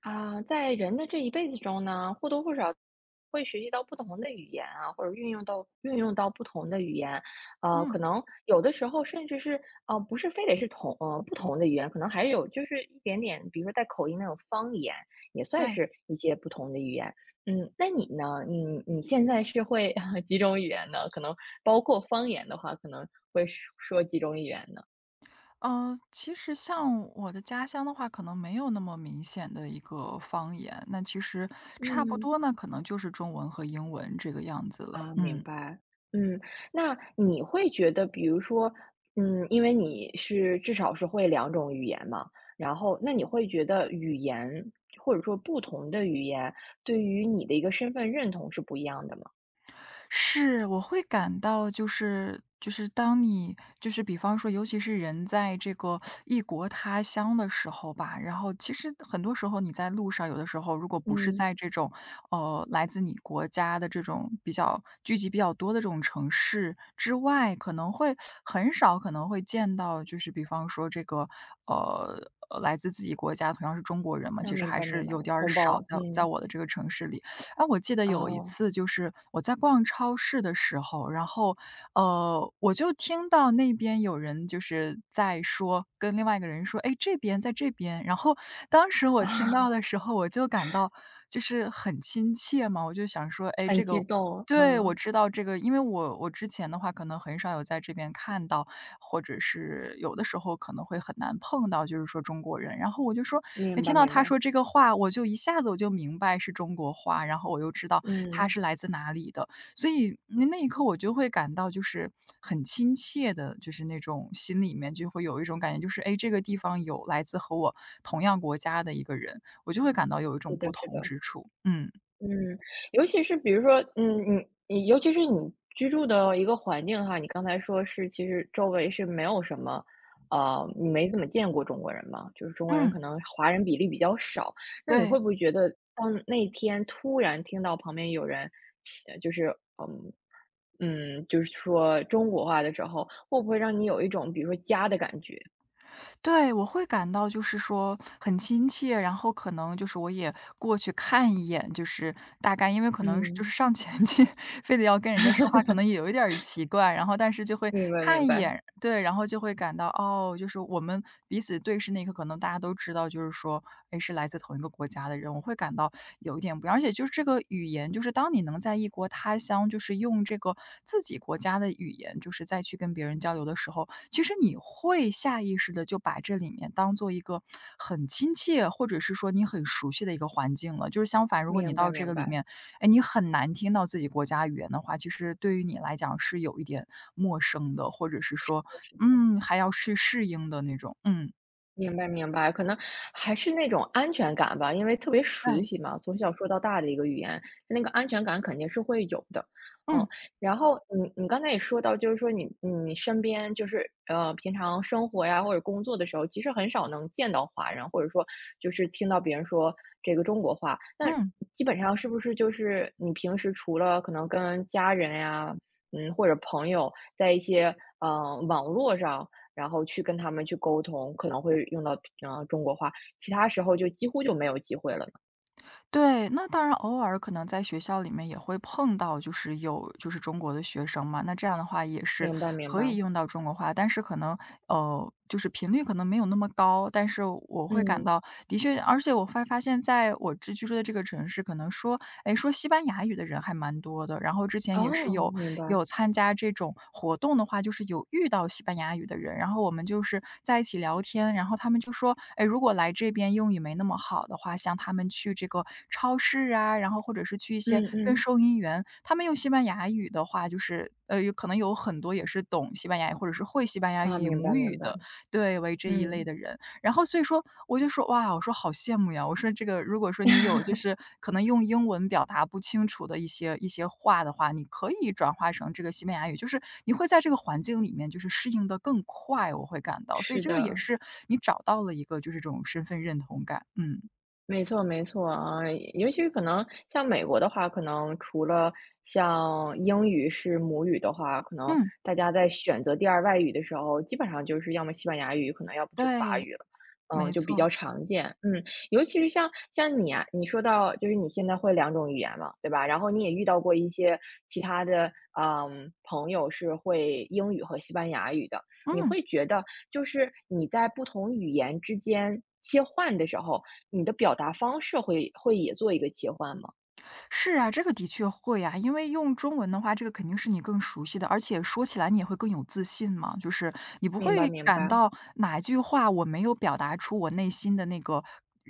啊，在人的这一辈子中呢，或多或少会学习到不同的语言啊，或者运用到不同的语言，嗯，可能有的时候甚至是不是非得是不同的语言，可能还有就是一点点，比如说带口音那种方言，也算对，是一些不同的语言。嗯，那你呢？你现在是会 几种语言呢？可能包括方言的话，可能会说几种语言呢？其实像我的家乡的话，可能没有那么明显的一个方言，那其实差不嗯多呢，可能就是中文和英文这个样子了，啊，明嗯。白。嗯，那你会觉得，比如说，嗯，因为你是至少是会两种语言嘛，然后那你会觉得语言或者说不同的语言对于你的一个身份认同是不一样的吗？是，我会感到就是当你就是比方说，尤其是人在这个异国他乡的时候吧，然后其实很多时候你在路上，有的时候如果不是嗯，在这种来自你国家的这种比较聚集比较多的这种城市之外，可能会很少可能会见到，就是比方说这个来自自己国家，同样是中国人嘛，那其实明还白是明白，有点儿同少胞，在嗯，我的这个城市里。啊，我记得有一哦，次就是我在逛超市的时候，然后，我就听到那边有人就是在说跟另外一个人说：“哎，这边，在这边。”然后当时我听到的时候，我就感到就是很亲切嘛，我就想说：“哎，这很个激动，对，我嗯，知道这个，因为我之前的话可能很少有在这边看到，或者是有的时候可能会很难碰到，就是说中国人。然后我就说，哎，明听白到明他白，说这个话，我就一下子我就明白是中国话，然后我又知道他嗯，是来自哪里的，所以那那一刻我就会感到就是很亲切的，就是那种心里面就会有一种感觉，就是哎，这个地方有来自和我同样国家的一个人，我就会感到有一种是不的是同的。之处。嗯嗯，尤其是比如说，嗯，你尤其是你居住的一个环境哈，你刚才说是其实周围是没有什么，你没怎么见过中国人嘛，就是中国人嗯，可能华人比例比较少，那你对。会不会觉得当那天突然听到旁边有人写就是嗯嗯，就是说中国话的时候，会不会让你有一种比如说家的感觉？对，我会感到就是说很亲切，然后可能就是我也过去看一眼，就是大概因为可能就嗯，是上前去，非得要跟人家说话，可 能也有一点儿奇怪，然后但是就会明白明看一白眼，对，然后就会感到哦，就是我们彼此对视那一刻，可能大家都知道，就是说，哎，是来自同一个国家的人，我会感到有一点不一样，而且就是这个语言，就是当你能在异国他乡，就是用这个自己国家的语言，就是再去跟别人交流的时候，其实你会下意识的就把这里面当做一个很亲切，或者是说你很熟悉的一个环境了。就是相反，如果你明白到这明个里白，面，哎，你很难听到自己国家语言的话，其实对于你来讲是有一点陌生的，或者是说，嗯，还要去适应的那种。嗯，明白明白，可能还是那种安全感吧，因为特别熟对，悉嘛，从小说到大的一个语言，那个安全感肯定是会有的。嗯，嗯然后你刚才也说到，就是说你身边就是平常生活呀或者工作的时候，其实很少能见到华人，或者说就是听到别人说这个中国话。那嗯。基本上是不是就是你平时除了可能跟家人呀，嗯，或者朋友在一些网络上。然后去跟他们去沟通，可能会用到，中国话，其他时候就几乎就没有机会了呢对，那当然偶尔可能在学校里面也会碰到，就是有就是中国的学生嘛，那这样的话也是明白明可以白，用到中国话，但是可能就是频率可能没有那么高，但是我会感嗯，到的确，而且我会发现在我这居住的这个城市，可能说哎，说西班牙语的人还蛮多的，然后之前也是哦，有明白，有参加这种活动的话，就是有遇到西班牙语的人，然后我们就是在一起聊天，然后他们就说，哎，如果来这边英语没那么好的话，像他们去这个超市啊，然后或者是去一些嗯跟嗯，收银员，他们用西班牙语的话，就是有可能有很多也是懂西班牙语或者是会西班牙啊，语明母白语明白，的，对，为这一类嗯，的人。然后所以说我就说：“哇！”我说：“好羡慕呀！”我说：“这个如果说你有就是可能用英文表达不清楚的一些话的话，你可以转化成这个西班牙语，就是你会在这个环境里面就是适应的更快，我会感到。所以是这个也的。是你找到了一个就是这种身份认同感，嗯，没错没错，啊，尤其可能像美国的话，可能除了像英语是母语的话，可能嗯，大家在选择第二外语的时候，基本上就是要么西班牙语，可能要不就法对，语了，嗯，没就比错，较常见。嗯，尤其是像你啊，你说到就是你现在会两种语言嘛，对吧？然后你也遇到过一些其他的朋友是会英语和西班牙语的，你嗯。会觉得就是你在不同语言之间切换的时候。你的表达方式会也做一个切换吗？是啊，这个的确会啊，因为用中文的话，这个肯定是你更熟悉的，而且说起来你也会更有自信嘛，就是你不明白会明感白，到哪一句话我没有表达出我内心的那个。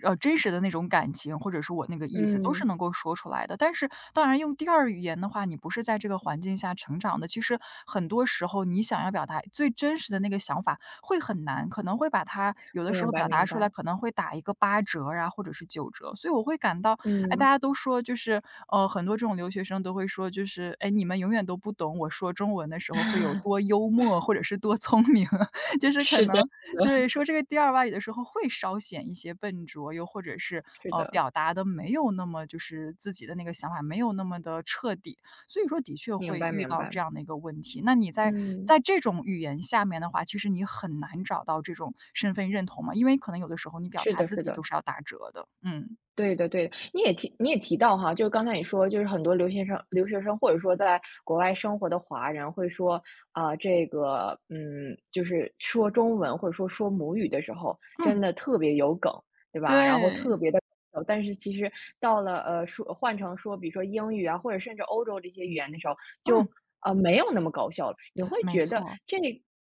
真实的那种感情，或者是我那个意思，都是嗯，能够说出来的。但是，当然用第二语言的话，你不是在这个环境下成长的，其实很多时候你想要表达最真实的那个想法会很难，可能会把它有的时明候白表达明出来，白，可能会打一个八折啊，或者是九折。所以我会感到哎，大嗯。家都说就是，很多这种留学生都会说，就是，哎，你们永远都不懂我说中文的时候会有多 幽默，或者是多聪明，就是可是的，能是的。对说这个第二外语的时候会稍显一些笨拙，又或者是是的，表达的没有那么就是自己的那个想法没有那么的彻底，所以说的确明会白遇明到白，这样的一个问题。那你在嗯，在这种语言下面的话，其实你很难找到这种身份认同嘛，因为可能有的时候你表是达的自是己都的。是要打折的，嗯对的对的，你也提到哈，就是刚才你说，就是很多留学生或者说在国外生活的华人会说，啊，这个，嗯，就是说中文或者说母语的时候，嗯。真的特别有梗，对吧？然后对，特别的，但是其实到了，说换成说比如说英语啊，或者甚至欧洲这些语言的时候，就，嗯，没有那么搞笑了。你会没觉得错，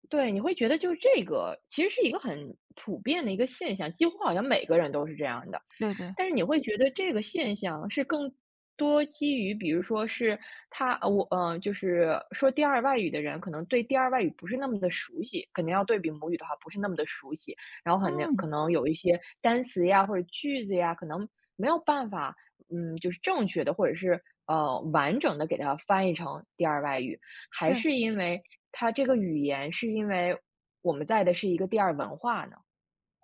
对，你会觉得就是这个其实是一个很普遍的一个现象，几乎好像每个人都是这样的。对对，但是你会觉得这个现象是更多基于，比如说是我，就是说第二外语的人，可能对第二外语不是那么的熟悉，肯定要对比母语的话，不是那么的熟悉，然后可能嗯，可能有一些单词呀或者句子呀，可能没有办法，嗯，就是正确的或者是完整的给它翻译成第二外语，还对。是因为它这个语言是因为我们在的是一个第二文化呢？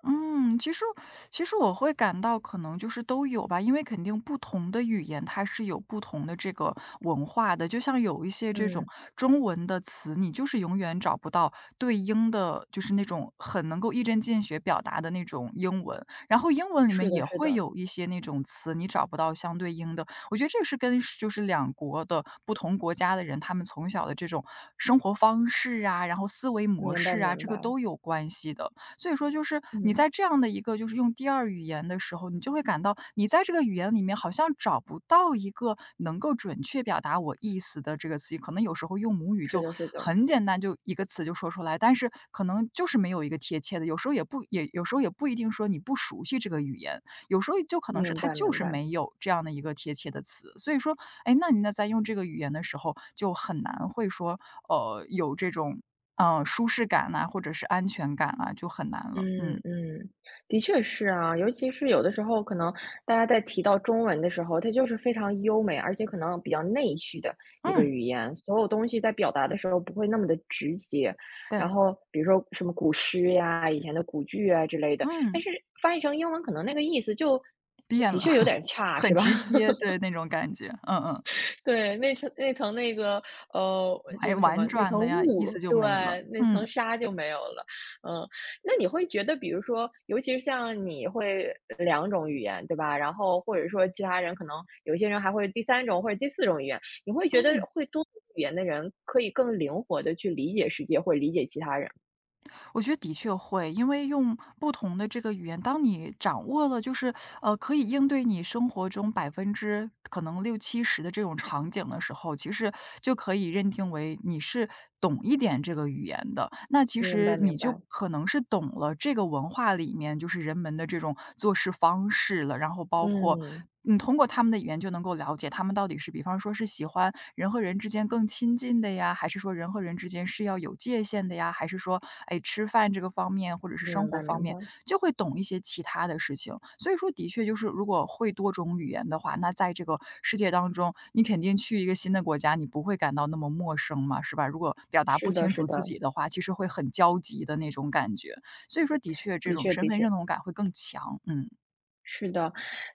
嗯，其实我会感到可能就是都有吧，因为肯定不同的语言它是有不同的这个文化的，就像有一些这种嗯，中文的词，你就是永远找不到对应的，就是那种很能够一针见血表达的那种英文，然后英文里是面的，也是会的，有一些那种词你找不到相对应的，我觉得这是跟就是两国的不同国家的人，他们从小的这种生活方式啊，然后思维模明白式啊，明这个白，都有关系的。所以说就是你嗯。在这样的一个就是用第二语言的时候，你就会感到你在这个语言里面好像找不到一个能够准确表达我意思的这个词语，可能有时候用母语是就的，是的，很简单，就一个词就说出来，但是可能就是没有一个贴切的，有时候也不也有时候也不一定说你不熟悉这个语言，有时候就可能是明它白就明是白，没有这样的一个贴切的词，所以说，哎，那你那在用这个语言的时候就很难会说，有这种舒适感呐，或者是安全感啊，就很难了。嗯嗯，嗯，的确是啊，尤其是有的时候，可能大家在提到中文的时候，它就是非常优美，而且可能比较内蓄的一个嗯，语言，所有东西在表达的时候不会那么的直接。然对，后比如说什么古诗呀、以前的古剧啊之类的，但嗯，是翻译成英文，可能那个意思就变的了，确有点 差，很是吧？直接，对，那种感觉，嗯嗯，对，那层那个，这婉个什婉么，那转层的呀，意思雾，就对，没了，那层嗯，纱就没有了。嗯，那你会觉得，比如说，尤其是像你会两种语言，对吧？然后或者说其他人可能有些人还会第三种或者第四种语言，你会觉得嗯。会多种语言的人可以更灵活的去理解世界或理解其他人。我觉得的确会，因为用不同的这个语言，当你掌握了，就是可以应对你生活中百分之可能六七十的这种场景的时候，其实就可以认定为你是懂一点这个语言的。那其明白实你明就白，可能是懂了这个文化里面就是人们的这种做事方式了，然后包括。嗯，你通过他们的语言就能够了解他们到底是，比方说是喜欢人和人之间更亲近的呀？还是说人和人之间是要有界限的呀？还是说，哎，吃饭这个方面或者是明生活白方明面，白，就会懂一些其他的事情。所以说，的确就是如果会多种语言的话，那在这个世界当中，你肯定去一个新的国家，你不会感到那么陌生嘛，是吧？如果表达是不的清楚是的，自己的话，其实会很焦急的那种感觉。所以说，的确这的种确身的份确。认同感会更强。嗯是的，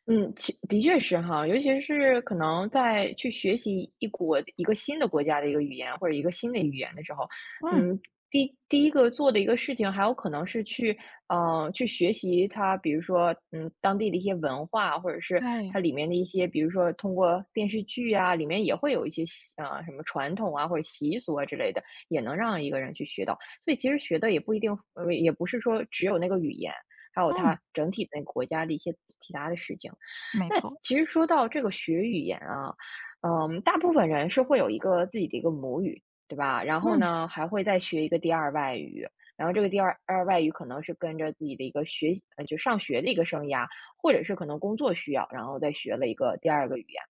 嗯，的确是哈，尤其是可能在去学习一个新的国家的一个语言或者一个新的语言的时候，嗯，嗯，第一个做的一个事情，还有可能是去去学习它，比如说当地的一些文化，或者是对，它里面的一些，比如说通过电视剧啊，里面也会有一些什么传统啊或者习俗啊之类的，也能让一个人去学到。所以其实学的也不一定，也不是说只有那个语言。还有嗯，它整体那个国家的一些其他的事情。没那错，其实说到这个学语言啊，嗯，大部分人是会有一个自己的一个母语，对吧？然后嗯呢，还会再学一个第二外语，然后这个第二外语可能是跟着自己的一个学，就上学的一个生涯，或者是可能工作需要，然后再学了一个第二个语言。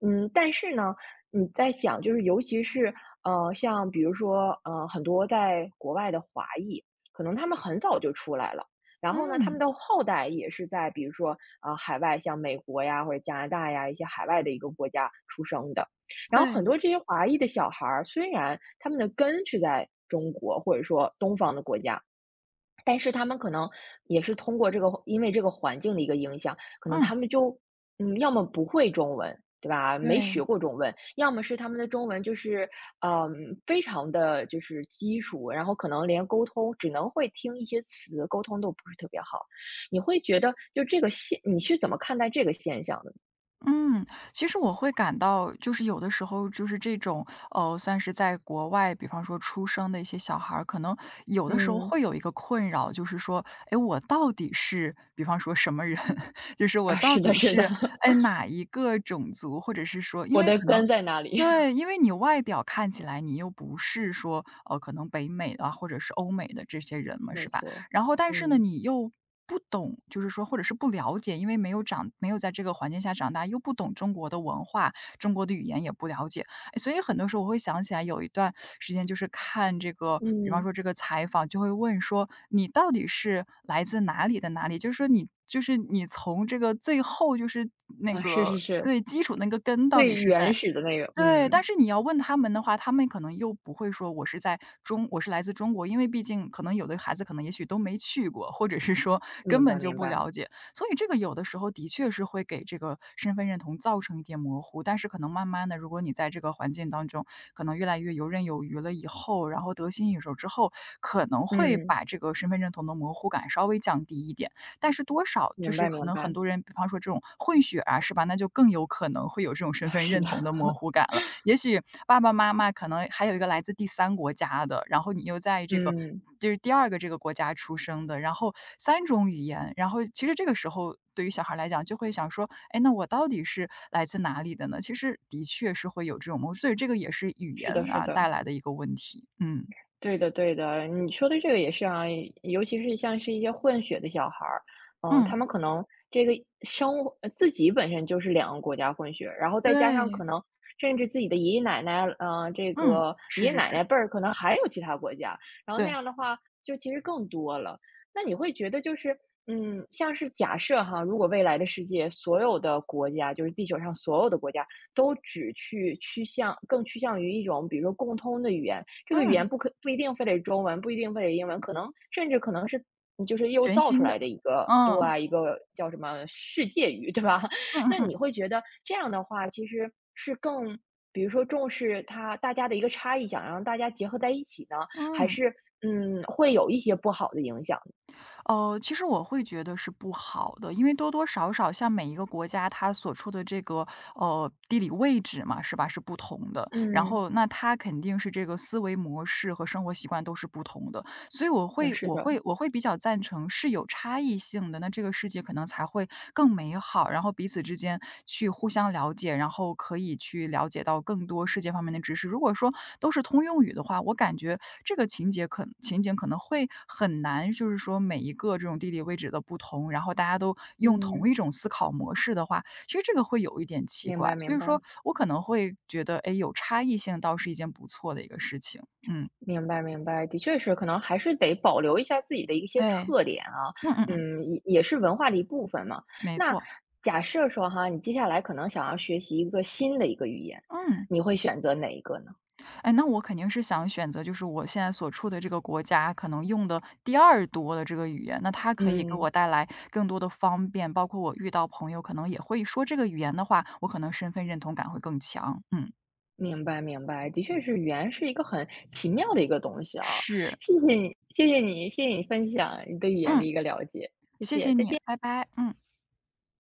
嗯，但是呢，你在想，就是尤其是像比如说很多在国外的华裔，可能他们很早就出来了，然后呢，他们嗯，的后代也是在比如说海外像美国呀或者加拿大呀一些海外的一个国家出生的，然后很对，多这些华裔的小孩儿，虽然他们的根是在中国或者说东方的国家，但是他们可能也是通过这个因为这个环境的一个影响，可能嗯他们就，要么不会中文，对吧？没对。学过中文，要么是他们的中文就是，嗯，非常的就是基础，然后可能连沟通只能会听一些词，沟通都不是特别好。你会觉得就这个你是怎么看待这个现象的？嗯，其实我会感到，就是有的时候，就是这种，算是在国外，比方说出生的一些小孩儿，可能有的时候嗯，会有一个困扰，就是说，哎，我到底是，比方说什么人，就是我啊，到是的底是的，是，哎，哪一个种族，或者是说，因我为的可能。根在哪里？对，因为你外表看起来，你又不是说，可能北美的啊，或者是欧美的这些人 嘛，是没吧？错，然后但是呢，嗯，你又不懂，就是说或者是不了解，因为没有在这个环境下长大，又不懂中国的文化，中国的语言也不了解，哎，所以很多时候我会想起来有一段时间，就是看这个，比方嗯，说这个采访，就会问说你到底是来自哪里？就是说你就是你从这个最后就是那啊，是个是是，最基础那个根到底最是原在。始的那个，对，但嗯。是你要问他们的话，他们可能又不会说我是来自中国，因为毕竟可能有的孩子可能也许都没去过，或者是说根明本白就明不白，了解，所以这个有的时候的确是会给这个身份认同造成一点模糊。但是可能慢慢的，如果你在这个环境当中可能越来越游刃有余了以后，然后得心应手之后，可能会嗯，把这个身份认同的模糊感稍微降低一点。但是多少就明是白可明能很白，多人，比方说这种混血啊，是吧？那就更有可能会有这种 身啊，份是认的，同的模糊感了。也许爸爸妈妈可能还有一个来自第三国家的，然后你又在这个嗯，就是第二个这个国家出生的，然后三种语言，然后其实这个时候对于小孩来讲，就会想说，哎，那我到底是来自哪里的呢？其实的确是会有这种模糊，所以这个也是语言是的是啊的，带来的一个问题。嗯对的，对的，你说的这个也是啊，尤其是像是一些混血的小孩儿，嗯，嗯，他们可能这个自己本身就是两个国家混血，然后再加上对，可能甚至自己的爷爷奶奶，嗯，这嗯，个爷是爷是奶是，奶辈儿可能还有其他国家，然后那对，样的话就其实更多了。那你会觉得就是，嗯，像是假设哈，如果未来的世界所有的国家，就是地球上所有的国家都只去趋向更趋向于一种，比如说共通的语言。这个语嗯。言不一定非得中文，不一定非得英文，可能甚至可能是就是又全造出新的，来的一个对，嗯，一个叫什么世界语，对吧？嗯 嗯那嗯。你会觉得这样的话，其实是比如说重视它大家的一个差异，想让大家结合在一起呢，还嗯，是会有一些不好的影响？其实我会觉得是不好的，因为多多少少像每一个国家，它所处的这个，地理位置嘛，是吧，是不同的。然嗯，后那它肯定是这个思维模式和生活习惯都是不同的。所以我那会是我的，会我会比较赞成是有差异性的，那这个世界可能才会更美好，然后彼此之间去互相了解，然后可以去了解到更多世界方面的知识。如果说都是通用语的话，我感觉这个情景可能会很难，就是说每一个这种地理位置的不同，然后大家都用同嗯，一种思考模式的话，其实这个会有一点奇明怪。白所明以白。说我可能会觉得，哎，有差异性倒是一件不错的一个事情。嗯明白明白，的确是，可能还是得保留一下自己的一些对，特点啊，嗯嗯嗯。嗯，也是文化的一部分嘛。没那错，假设说哈，你接下来可能想要学习一个新的一个语言，嗯，你会选择哪一个呢？哎，那我肯定是想选择就是我现在所处的这个国家可能用的第二多的这个语言，那它可以给我嗯，带来更多的方便，包括我遇到朋友可能也会说这个语言的话，我可能身份认同感会更强，嗯，明白明白，的确是语言是一个很奇妙的一个东西啊。是，谢谢你，谢谢你，谢谢你分享你对语言的嗯，一个了解，谢谢谢谢，再你，见。拜拜，嗯。